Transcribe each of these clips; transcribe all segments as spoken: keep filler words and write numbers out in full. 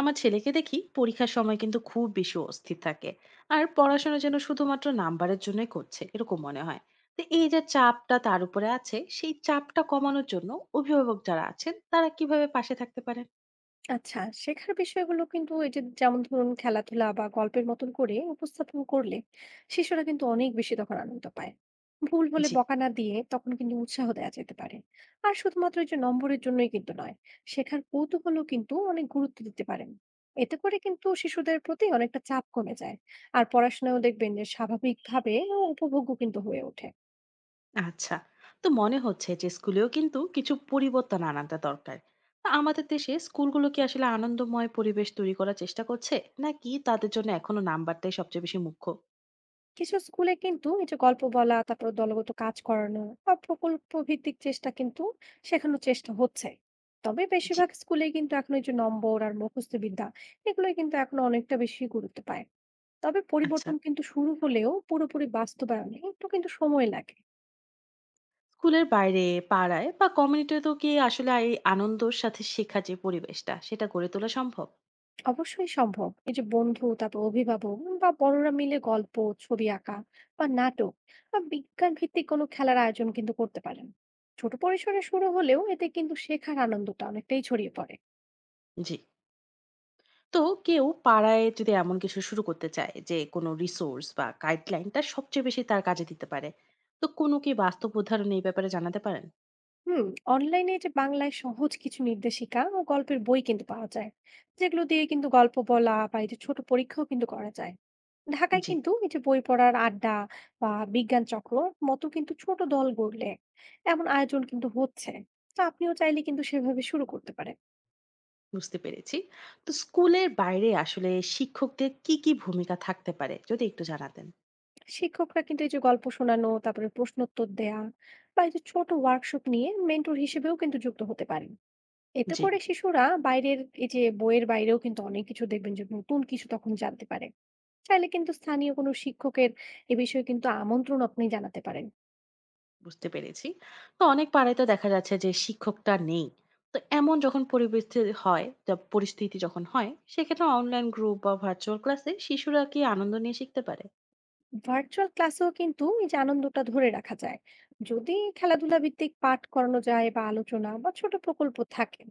আমার ছেলেকে দেখি পরীক্ষার সময় কিন্তু খুব বেশি অস্থির থাকে আর পড়াশোনা যেন শুধুমাত্র নাম্বারের জন্যই করছে এরকম মনে হয়। তো এই যে চাপটা তার উপরে আছে সেই চাপটা কমানোর জন্য অভিভাবক যারা আছেন তারা কিভাবে পাশে থাকতে পারেন? আচ্ছা। শেখার বিষয়গুলো কিন্তু এই যে যেমন ধরুন খেলাধুলা বা গল্পের মতন করে উপস্থাপন করলে শিশুরা কিন্তু অনেক বেশি তখন আনন্দ পায়। ভুল হলে জি। বকা না দিয়ে তখন কিন্তু উৎসাহ দেওয়া যেতে পারে। আর শুধুমাত্র এই যে নম্বরের জন্যই কিন্তু নয়, শেখার কৌতূহলও কিন্তু অনেক গুরুত্ব দিতে পারেন। এতে করে কিন্তু শিশুদের প্রতি অনেকটা চাপ কমে যায়, আর পড়াশোনাও দেখবেন যে স্বাভাবিকভাবে ও উপভোগ্য কিন্তু হয়ে ওঠে। আচ্ছা, তো মনে হচ্ছে যে স্কুলেও কিন্তু কিছু পরিবর্তন আনাটা দরকার। তা আমাদের দেশে স্কুলগুলো কি আসলে আনন্দময় পরিবেশ তৈরি করার চেষ্টা করছে, নাকি তাদের জন্য এখনো নাম্বারটাই সবচেয়ে বেশি মুখ্য? কিছু স্কুলে কিন্তু এই যে গল্প বলা, তারপর দলগত কাজ করানো বা প্রকল্প ভিত্তিক চেষ্টা কিন্তু শেখানোর চেষ্টা হচ্ছে। তবে জি। বেশিরভাগ স্কুলে কিন্তু এখন এই যে নম্বর আর মুখস্থ বিদ্যা, এগুলো কিন্তু এখন অনেকটা বেশি গুরুত্ব পায়। তবে আচ্ছা, পরিবর্তন কিন্তু শুরু হলেও পুরোপুরি বাস্তবায়নে একটু কিন্তু সময় লাগে। স্কুলের বাইরে পাড়ায় বা কমিউনিটিতেও কি আসলে এই আনন্দর সাথে শেখার যে পরিবেশটা সেটা গড়ে তোলা সম্ভব? অবশ্যই সম্ভব। এই যে বন্ধু, তারপর অভিভাবক বা বড়রা মিলে গল্প, ছবি আঁকা, বা নাটক, বা বিজ্ঞান ভিত্তিক কোনো খেলার আয়োজন কিন্তু করতে পারেন। ছোট পরিসরে শুরু হলেও এতে কিন্তু শেখার আনন্দটা অনেকটাই ছড়িয়ে পড়ে। জি। তো কেউ পাড়ায় যদি এমন কিছু শুরু করতে চায় যে কোনো রিসোর্স বা গাইডলাইনটা সবচেয়ে বেশি তার কাজে দিতে পারে, তো কোনো কি বাস্তব উদাহরণ এই ব্যাপারে জানাতে পারেন? হুম। অনলাইনে যে বাংলায় সহজ কিছু নির্দেশিকা ও গল্পের বই কিন্তু পাওয়া যায়, যেগুলো দিয়ে কিন্তু গল্প বলা বা এই যে ছোট পরীক্ষাও কিন্তু করা যায়। ঢাকায় জি, কিন্তু এই যে বই পড়ার আড্ডা বা বিজ্ঞান চক্র মতো কিন্তু ছোট দল গড়লে এমন আয়োজন কিন্তু হচ্ছে। তো আপনিও চাইলে কিন্তু সেভাবে শুরু করতে পারেন। বুঝতে পেরেছি। তো স্কুলের বাইরে আসলে শিক্ষকদের কি কি ভূমিকা থাকতে পারে যদি একটু জানাতেন। শিক্ষকরা কিন্তু এই যে গল্প শোনানো, তারপরে প্রশ্নোত্তর দেয়া বা এই যে ছোট ওয়ার্কশপ নিয়ে মেন্টর হিসেবেও কিন্তু যুক্ত হতে পারেন। এতে জি। করে শিশুরা বাইরের এই যে বইয়ের বাইরেও কিন্তু অনেক কিছু দেখবেন যে নতুন কিছু তখন জানতে পারে। চাইলে কিন্তু স্থানীয় কোনো শিক্ষকের এ বিষয়ে কিন্তু আমন্ত্রণ আপনি জানাতে পারেন। বুঝতে পেরেছি। তো অনেক পাড়ায় তো দেখা যাচ্ছে যে শিক্ষকটা নেই। তো এমন যখন পরিবেশে হয়, তা পরিস্থিতি যখন হয়, সেক্ষেত্রে অনলাইন গ্রুপ বা ভার্চুয়াল ক্লাসে শিশুরা কি আনন্দ নিয়ে শিখতে পারে? ভার্চুয়াল ক্লাসেও কিন্তু এই যে আনন্দটা ধরে রাখা যায়, যদি খেলাধুলা ভিত্তিক পাঠ করানো যায় বা আলোচনা বা ছোট প্রকল্প থাকে।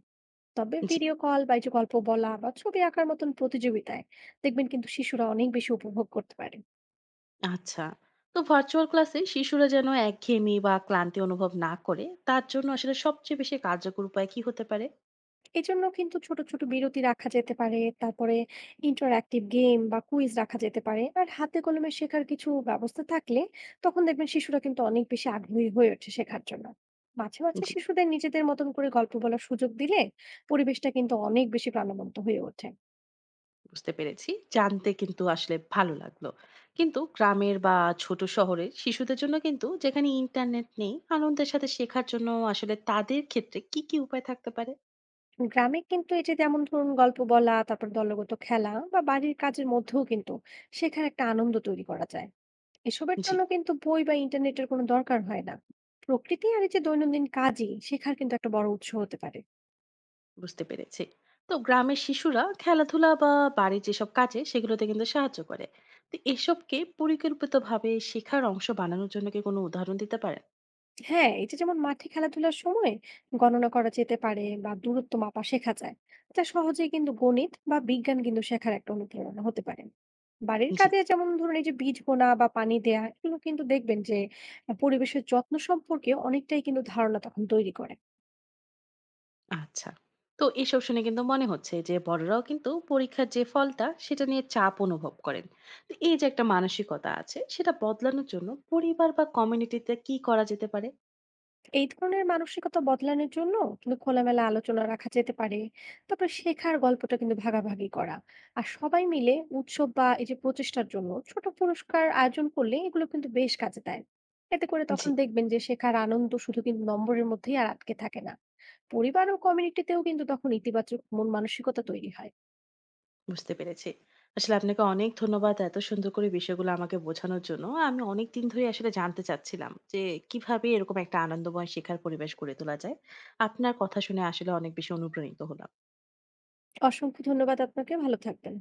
তবে জি। ভিডিও কল বা এই যে গল্প বলা বা ছবি আঁকার মতন প্রতিযোগিতায় দেখবেন কিন্তু শিশুরা অনেক বেশি উপভোগ করতে পারে। আচ্ছা, তো ভার্চুয়াল ক্লাসে শিশুরা যেন একঘেয়েমি বা ক্লান্তি অনুভব না করে, তার জন্য আসলে সবচেয়ে বেশি কার্যকর উপায় কি হতে পারে? এজন্য কিন্তু ছোট, ছোট বিরতি রাখা যেতে পারে। তারপরে ইন্টারঅ্যাক্টিভ গেম বা কুইজ রাখা যেতে পারে। আর হাতে কলমে শেখার কিছু ব্যবস্থা থাকলে তখন দেখবেন শিশুরা কিন্তু অনেক বেশি আগ্রহী হয়ে ওঠে শেখার জন্য। মাঝে, মাঝে জি। শিশুদের নিজেদের মতন করে গল্প বলার সুযোগ দিলে পরিবেশটা কিন্তু অনেক বেশি প্রাণবন্ত হয়ে ওঠে। বুঝতে পেরেছি। জানতে কিন্তু আসলে ভালো লাগলো, কিন্তু গ্রামের বা ছোট শহরের শিশুদের জন্য কিন্তু যেখানে ইন্টারনেট নেই, আনন্দের সাথে শেখার জন্য আসলে তাদের ক্ষেত্রে কি কি উপায় থাকতে পারে? গ্রামে কিন্তু এই যে যেমন ধরুন গল্প বলা, তারপর দলগত খেলা বা বাড়ির কাজের মধ্যেও কিন্তু শেখার একটা আনন্দ তৈরি করা যায়। এসবের জি। জন্য কিন্তু বই বা ইন্টারনেটের কোনো দরকার হয় না। প্রকৃতি আর এই যে দৈনন্দিন কাজই শেখার কিন্তু একটা বড় উৎস হতে পারে। বুঝতে পেরেছি। তো গ্রামের শিশুরা খেলাধুলা বা বাড়ির যেসব কাজে সেগুলোতে কিন্তু সাহায্য করে, তো এসবকে পরিকল্পিতভাবে শেখার অংশ বানানোর জন্য কি কোনো উদাহরণ দিতে পারেন? হ্যাঁ, এই যে যেমন মাঠে খেলাধুলার সময় গণনা করা যেতে পারে বা দূরত্ব মাপা শেখা যায়, যা সহজেই কিন্তু গণিত বা বিজ্ঞান কিন্তু শেখার একটা অনুপ্রেরণা হতে পারে। বাড়ির জি। কাজে যেমন ধরুন এই যে বীজ বোনা বা পানি দেয়া, এগুলো কিন্তু দেখবেন যে আহ, পরিবেশের যত্ন সম্পর্কে অনেকটাই কিন্তু ধারণা তখন তৈরি করে। আচ্ছা, তো এসব শুনে কিন্তু মনে হচ্ছে যে বড়রাও কিন্তু পরীক্ষার যে ফলটা সেটা নিয়ে চাপ অনুভব করেন। তো এই যে একটা মানসিকতা আছে সেটা বদলানোর জন্য পরিবার বা কমিউনিটিতে কি করা যেতে পারে? এই ধরনের মানসিকতা বদলানোর জন্য কিন্তু খোলামেলা আলোচনা রাখা যেতে পারে। তারপর শেখার গল্পটা কিন্তু ভাগাভাগি করা, আর সবাই মিলে উৎসব বা এই যে প্রচেষ্টার জন্য ছোট পুরস্কার আয়োজন করলে এগুলো কিন্তু বেশ কাজে দেয়। এতে করে জি, তখন দেখবেন যে শেখার আনন্দ শুধু কিন্তু নম্বরের মধ্যেই আর আটকে থাকে না, পরিবার ও কমিউনিটিতেও কিন্তু তখন ইতিবাচক মন মানসিকতা তৈরি হয়। বুঝতে পেরেছি। আসলে আপনাকে অনেক ধন্যবাদ এত সুন্দর করে বিষয়গুলো আমাকে বোঝানোর জন্য। আমি অনেকদিন ধরেই আসলে জানতে চাচ্ছিলাম যে কিভাবে এরকম একটা আনন্দময় শেখার পরিবেশ গড়ে তোলা যায়। আপনার কথা শুনে আসলে অনেক বেশি অনুপ্রাণিত হলাম। অসংখ্য ধন্যবাদ আপনাকে, ভালো থাকবেন।